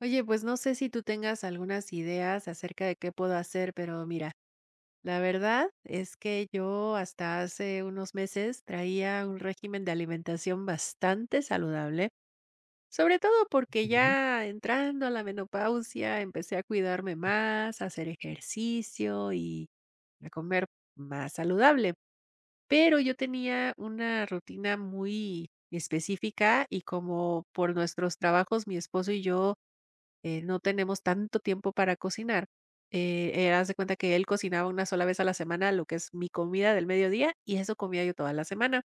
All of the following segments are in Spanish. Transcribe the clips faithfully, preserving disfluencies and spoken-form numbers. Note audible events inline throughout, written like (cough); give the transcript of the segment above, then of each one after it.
Oye, pues no sé si tú tengas algunas ideas acerca de qué puedo hacer, pero mira, la verdad es que yo hasta hace unos meses traía un régimen de alimentación bastante saludable, sobre todo porque Ujú. ya entrando a la menopausia empecé a cuidarme más, a hacer ejercicio y a comer más saludable. Pero yo tenía una rutina muy específica y como por nuestros trabajos, mi esposo y yo eh, no tenemos tanto tiempo para cocinar. Eh, eh, haz de cuenta que él cocinaba una sola vez a la semana lo que es mi comida del mediodía y eso comía yo toda la semana.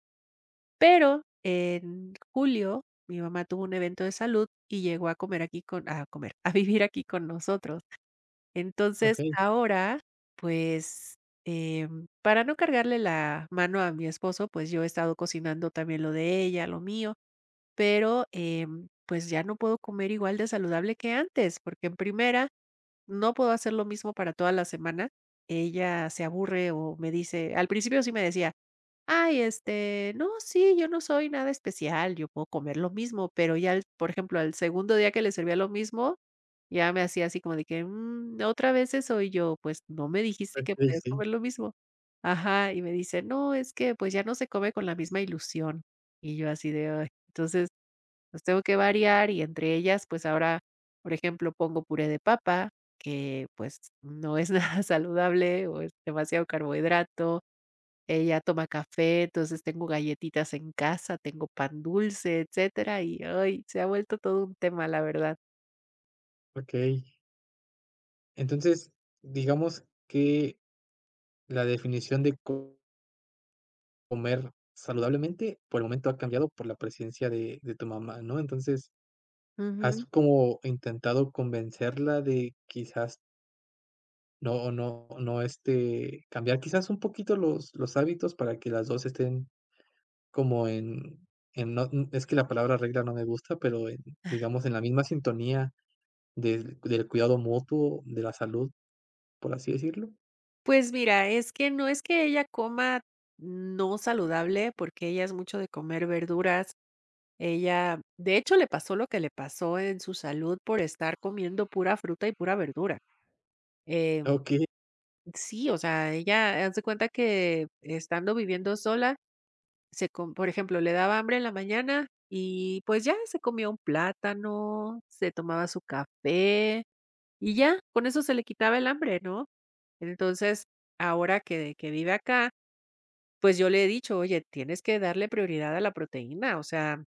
Pero en julio mi mamá tuvo un evento de salud y llegó a comer aquí con, a comer, (laughs) a vivir aquí con nosotros. Entonces Okey, ahora, pues, em, para no cargarle la mano a mi esposo, pues yo he estado cocinando también lo de ella, lo mío, pero em, pues ya no puedo comer igual de saludable que antes, porque en primera no puedo hacer lo mismo para toda la semana. Ella se aburre o me dice al principio sí me decía: "Ay, este, no, sí, yo no soy nada especial, yo puedo comer lo mismo", pero ya al por ejemplo, al segundo día que le servía lo mismo, ya me hacía así como de que: "Mm, otra vez eso", y yo: "Pues, no me dijiste que okey, puedes sí, comer lo mismo". Ajá, y me dice: "No, es que, pues, ya no se come con la misma ilusión", y yo así de: "Ay". Entonces los tengo que variar y entre ellas, pues ahora, por ejemplo, pongo puré de papa, que pues no es nada (laughs) saludable o es demasiado carbohidrato. Ella toma café, entonces tengo galletitas en casa, tengo pan dulce, etcétera, y ay, se ha vuelto todo un tema, la verdad. okey. Entonces, digamos que la definición de co- comer saludablemente, por el momento ha cambiado por la presencia de de tu mamá, ¿no? Entonces, ¿has Ujú. como intentado convencerla de quizás no no no, este, cambiar quizás un poquito los los hábitos para que las dos estén como en en no n- es que la palabra regla no me gusta, pero en, digamos, en la misma sintonía del del cuidado mutuo de la salud? Por así decirlo. Pues mira, es que no es que ella coma no saludable, porque ella es mucho de comer verduras. Ella, de hecho, le pasó lo que le pasó en su salud por estar comiendo pura fruta y pura verdura. Eh, Ok, sí, o sea, ella, haz cuenta que estando viviendo sola, se com por ejemplo, le daba hambre en la mañana y, pues, ya se comía un plátano, se tomaba su café y ya, con eso se le quitaba el hambre, ¿no? Entonces, ahora que que vive acá, pues, yo le he dicho: "Oye, tienes que darle prioridad a la proteína", o sea,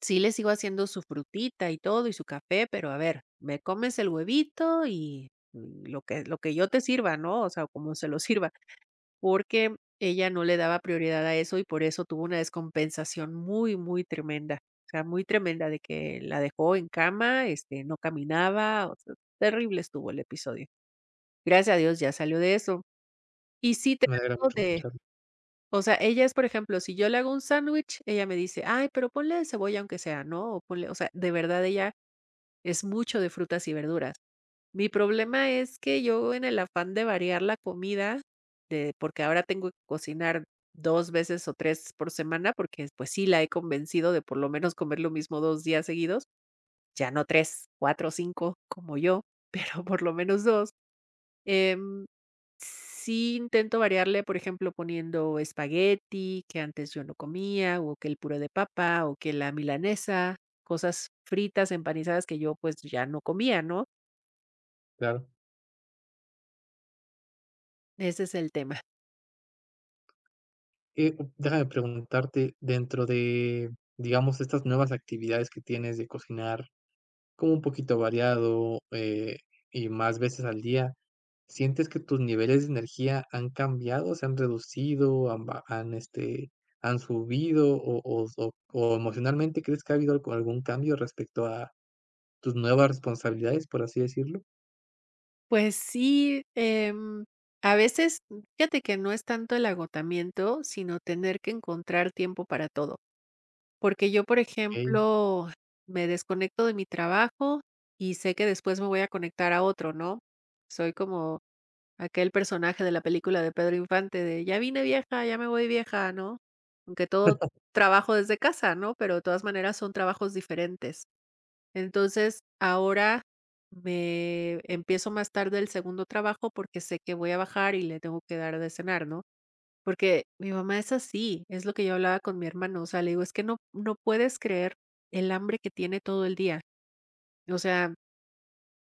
sí le sigo haciendo su frutita y todo y su café, pero a ver, me comes el huevito y mm, lo que lo que yo te sirva, ¿no? O sea, como se lo sirva. Porque ella no le daba prioridad a eso y por eso tuvo una descompensación muy, muy tremenda. O sea, muy tremenda de que la dejó en cama, este, no caminaba, o sea, terrible estuvo el episodio. Gracias a Dios ya salió de eso. Y sí me alegra trato mucho de, escucharlo, o sea, ella es, por ejemplo, si yo le hago un sándwich, ella me dice, ay, pero ponle cebolla aunque sea, ¿no? O ponle, o sea, de verdad ella es mucho de frutas y verduras. Mi problema es que yo en el afán de variar la comida, de porque ahora tengo que cocinar dos veces o tres por semana, porque, pues sí, la he convencido de por lo menos comer lo mismo dos días seguidos, ya no tres, cuatro, cinco como yo, (laughs) pero por lo menos dos. em, sí intento variarle, por ejemplo, poniendo espagueti, que antes yo no comía, o que el puré de papa, o que la milanesa, cosas fritas, empanizadas que yo, pues, ya no comía, ¿no? claro. Ese es el tema. Eh, u- déjame preguntarte, dentro de, digamos, estas nuevas actividades que tienes de cocinar, como un poquito variado, eh, y más veces al día, ¿sientes que tus niveles de energía han cambiado, se han reducido, han ba han, este, han subido o o o o emocionalmente crees que ha habido algo algún cambio respecto a tus nuevas responsabilidades, por así decirlo? Pues sí, em, a veces, fíjate que no es tanto el agotamiento, sino tener que encontrar tiempo para todo. Porque yo, por Okey, ejemplo, me desconecto de mi trabajo y sé que después me voy a conectar a otro, ¿no? Soy como aquel personaje de la película de Pedro Infante de ya vine vieja, ya me voy vieja, ¿no? Aunque todo trabajo desde casa, ¿no? Pero de todas maneras son trabajos diferentes. Entonces, ahora me empiezo más tarde el segundo trabajo porque sé que voy a bajar y le tengo que dar de cenar, ¿no? Porque mi mamá es así, es lo que yo hablaba con mi hermano, o sea, le digo, es que no, no puedes creer el hambre que tiene todo el día. O sea,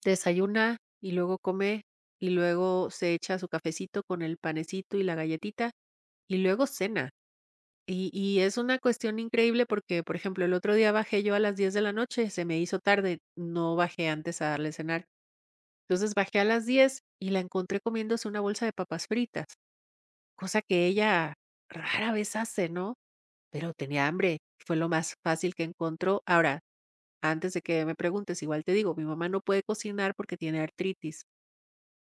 desayuna y luego come y luego se echa su cafecito con el panecito y la galletita y luego cena. Y, y es una cuestión increíble porque, por ejemplo, el otro día bajé yo a las diez de la noche, se me hizo tarde, no bajé antes a darle cenar. Entonces bajé a las diez y la encontré comiéndose una bolsa de papas fritas, cosa que ella rara vez hace, ¿no? Pero tenía hambre, fue lo más fácil que encontró. Ahora, antes de que me preguntes, igual te digo, mi mamá no puede cocinar porque tiene artritis,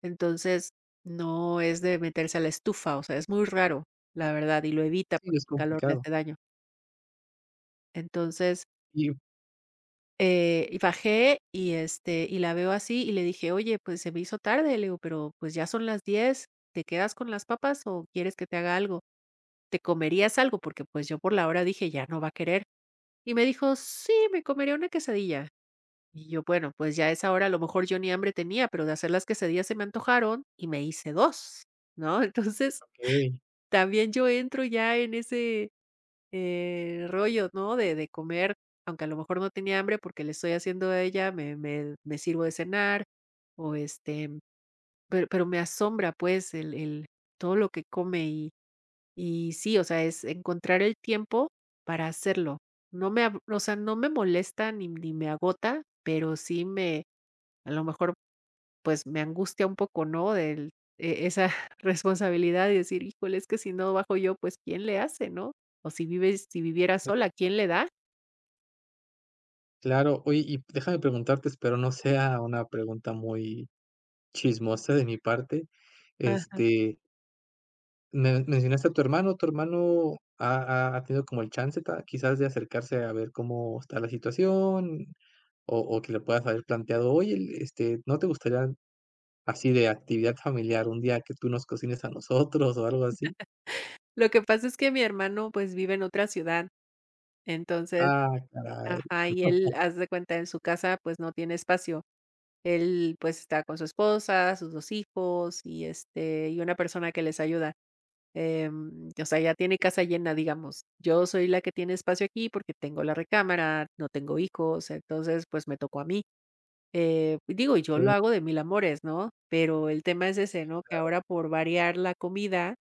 entonces no es de meterse a la estufa, o sea, es muy raro, la verdad, y lo evita sí, porque es el calor le complicado. hace daño. Entonces, Y Eh, y bajé y, este, y la veo así y le dije: "Oye, pues se me hizo tarde", le digo: "Pero, pues, ya son las diez. ¿Te quedas con las papas o quieres que te haga algo? ¿Te comerías algo?". Porque, pues, yo por la hora dije: "Ya no va a querer". Y me dijo: "Sí, me comería una quesadilla". Y yo: "Bueno, pues, ya a esa hora a lo mejor yo ni hambre tenía, pero de hacer las quesadillas se me antojaron y me hice dos, ¿no?". (laughs) Entonces, okey. también yo entro ya en ese eh, rollo, ¿no? De de comer, aunque a lo mejor no tenía hambre porque le estoy haciendo a ella, me me me sirvo de cenar, o, este, pero pero me asombra, pues, el el todo lo que come y y sí, o sea, es encontrar el tiempo para hacerlo. No me ab o sea, no me molesta ni ni me agota, pero sí me a lo mejor pues, me angustia un poco, ¿no? Del e esa (laughs) responsabilidad y decir: "Híjole, es que si no bajo yo, pues, ¿quién le hace, no? O si vives si viviera sola, ¿quién le da?". Claro, oye, y déjame preguntarte, espero no sea una pregunta muy chismosa de mi parte. Ajá. Este, me mencionaste a tu hermano, ¿tu hermano ha, ha- ha tenido como el chance ta- quizás de acercarse a ver cómo está la situación? O, o que le puedas haber planteado, oye, el- este, ¿no te gustaría así de actividad familiar un día que tú nos cocines a nosotros o algo así? Lo que pasa es que mi hermano, pues, vive en otra ciudad, entonces Ah, caray. ajá, y él, (laughs) haz de cuenta, en su casa, pues, no tiene espacio. Él, pues, está con su esposa, sus dos hijos y, este, y una persona que les ayuda. Em, o sea, ya tiene casa llena, digamos. Yo soy la que tiene espacio aquí porque tengo la recámara, no tengo hijos, entonces, pues, me tocó a mí. Eh, digo, yo lo hago de mil amores, ¿no? Pero el tema es ese, ¿no? Que ahora por variar la comida,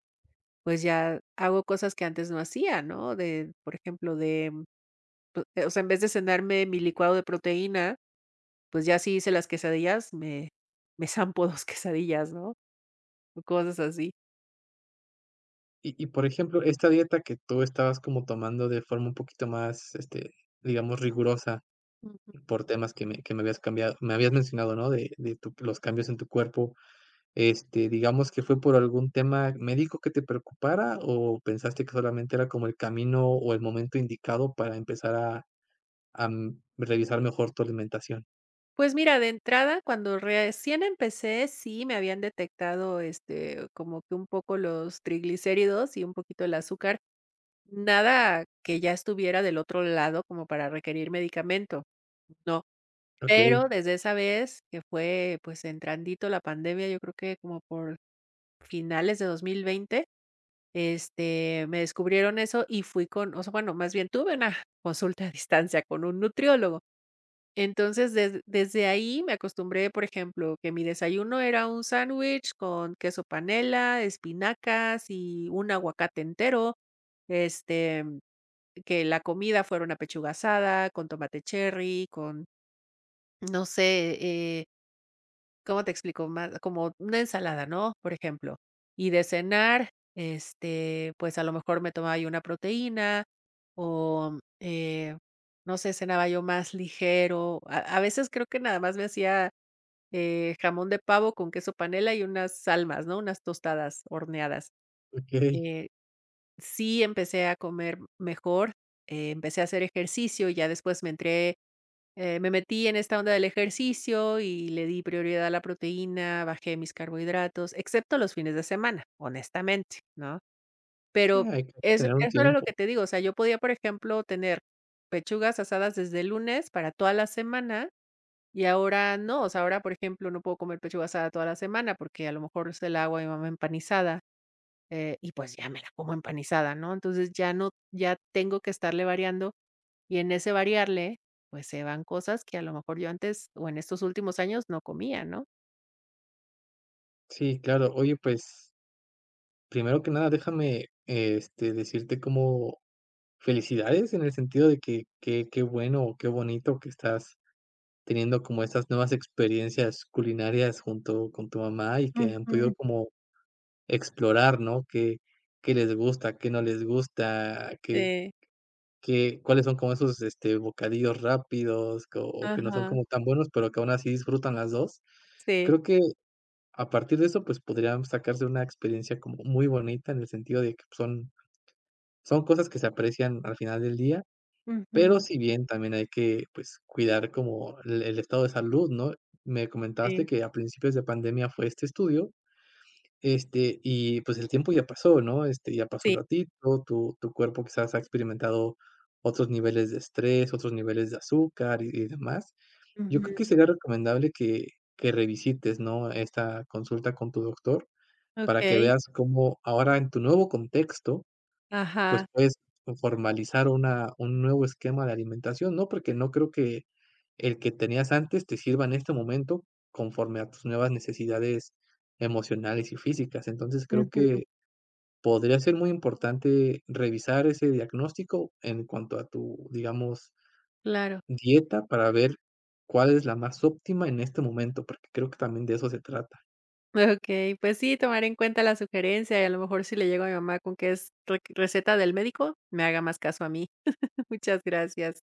pues, ya hago cosas que antes no hacía, ¿no? De, por ejemplo, de, pu o sea, en vez de cenarme mi licuado de proteína, pues, ya sí hice las quesadillas, me me zampo dos (laughs) quesadillas, ¿no? O cosas así. Y y, por ejemplo, esta dieta que tú estabas como tomando de forma un poquito más, este, digamos, rigurosa por temas que me que me habías cambiado me habías mencionado, ¿no? De de tu los cambios en tu cuerpo, este, digamos que fue por algún tema médico que te preocupara, o pensaste que solamente era como el camino o el momento indicado para empezar a a, mm, revisar mejor tu alimentación. Pues mira, de entrada, cuando recién empecé, sí me habían detectado, este, como que un poco los triglicéridos y un poquito el azúcar. Nada que ya estuviera del otro lado como para requerir medicamento, no. Pero Okey, desde esa vez que fue, pues, entrandito la pandemia, yo creo que como por finales de dos mil veinte, este, me descubrieron eso y fui con o sea, bueno, más bien tuve una (laughs) consulta a distancia con un nutriólogo. Entonces, des desde ahí me acostumbré, por ejemplo, que mi desayuno era un sándwich con queso panela, espinacas y un aguacate entero, este, que la comida fuera una pechuga asada con tomate cherry, con, no sé, eh, ¿cómo te explico? Más como una ensalada, ¿no? Por ejemplo. Y de cenar, este, pues, a lo mejor me tomaba yo una proteína o, eh, no sé, cenaba yo más ligero. A a veces creo que nada más me hacía eh, jamón de pavo con queso panela y unas almas, ¿no? Unas tostadas horneadas. okey. Eh, sí empecé a comer mejor, eh, empecé a hacer ejercicio, y ya después me entré, eh, me metí en esta onda del ejercicio y le di prioridad a la proteína, bajé mis carbohidratos, excepto los fines de semana, honestamente, ¿no? Sí, Pero hay que eso, tener un eso era lo que tiempo. te digo, o sea, yo podía, por ejemplo, tener pechugas asadas desde el lunes para toda la semana y ahora no, o sea, ahora, por ejemplo, no puedo comer pechuga asada toda la semana porque a lo mejor se la hago a mi mamá empanizada, eh, y pues ya me la como empanizada, ¿no? Entonces ya no, ya tengo que estarle variando y en ese variarle, pues se van cosas que a lo mejor yo antes o en estos últimos años no comía, ¿no? Sí, claro. Oye, pues, primero que nada, déjame, este, decirte como felicidades en el sentido de que que qué bueno o qué bonito que estás teniendo como estas nuevas experiencias culinarias junto con tu mamá y que han podido Ujú. como explorar, ¿no? Qué qué les gusta, qué no les gusta, qué Sí, qué cuáles son como esos, este, bocadillos rápidos co- o que no son ajá, como tan buenos, pero que aún así disfrutan las dos. sí. Creo que a partir de eso, pues, podrían sacarse una experiencia como muy bonita, en el sentido de que son son cosas que se aprecian al final del día, pero Ujú, si bien también hay que, pues, cuidar como el el estado de salud, ¿no? Me sí, comentaste que a principios de pandemia fue este estudio, este, y, pues, el tiempo ya pasó, ¿no? Este, ya pasó un sí. ratito, tu tu cuerpo quizás ha experimentado otros niveles de estrés, otros niveles de azúcar y y demás. Yo creo Ujú, que sería recomendable que que revisites, ¿no?, esta consulta con tu doctor, para que okey, veas cómo ahora en tu nuevo contexto, pues, ajá, puedes formalizar una un nuevo esquema de alimentación, ¿no? Porque no creo que el que tenías antes te sirva en este momento conforme a tus nuevas necesidades emocionales y físicas. Entonces, creo ujú, que podría ser muy importante revisar ese diagnóstico en cuanto a tu, digamos, claro. dieta para ver cuál es la más óptima en este momento, porque creo que también de eso se trata. Ok, pues sí, tomar en cuenta la sugerencia y a lo mejor si le llego a mi mamá con que es re receta del médico, me haga más caso a mí. (laughs) Muchas gracias.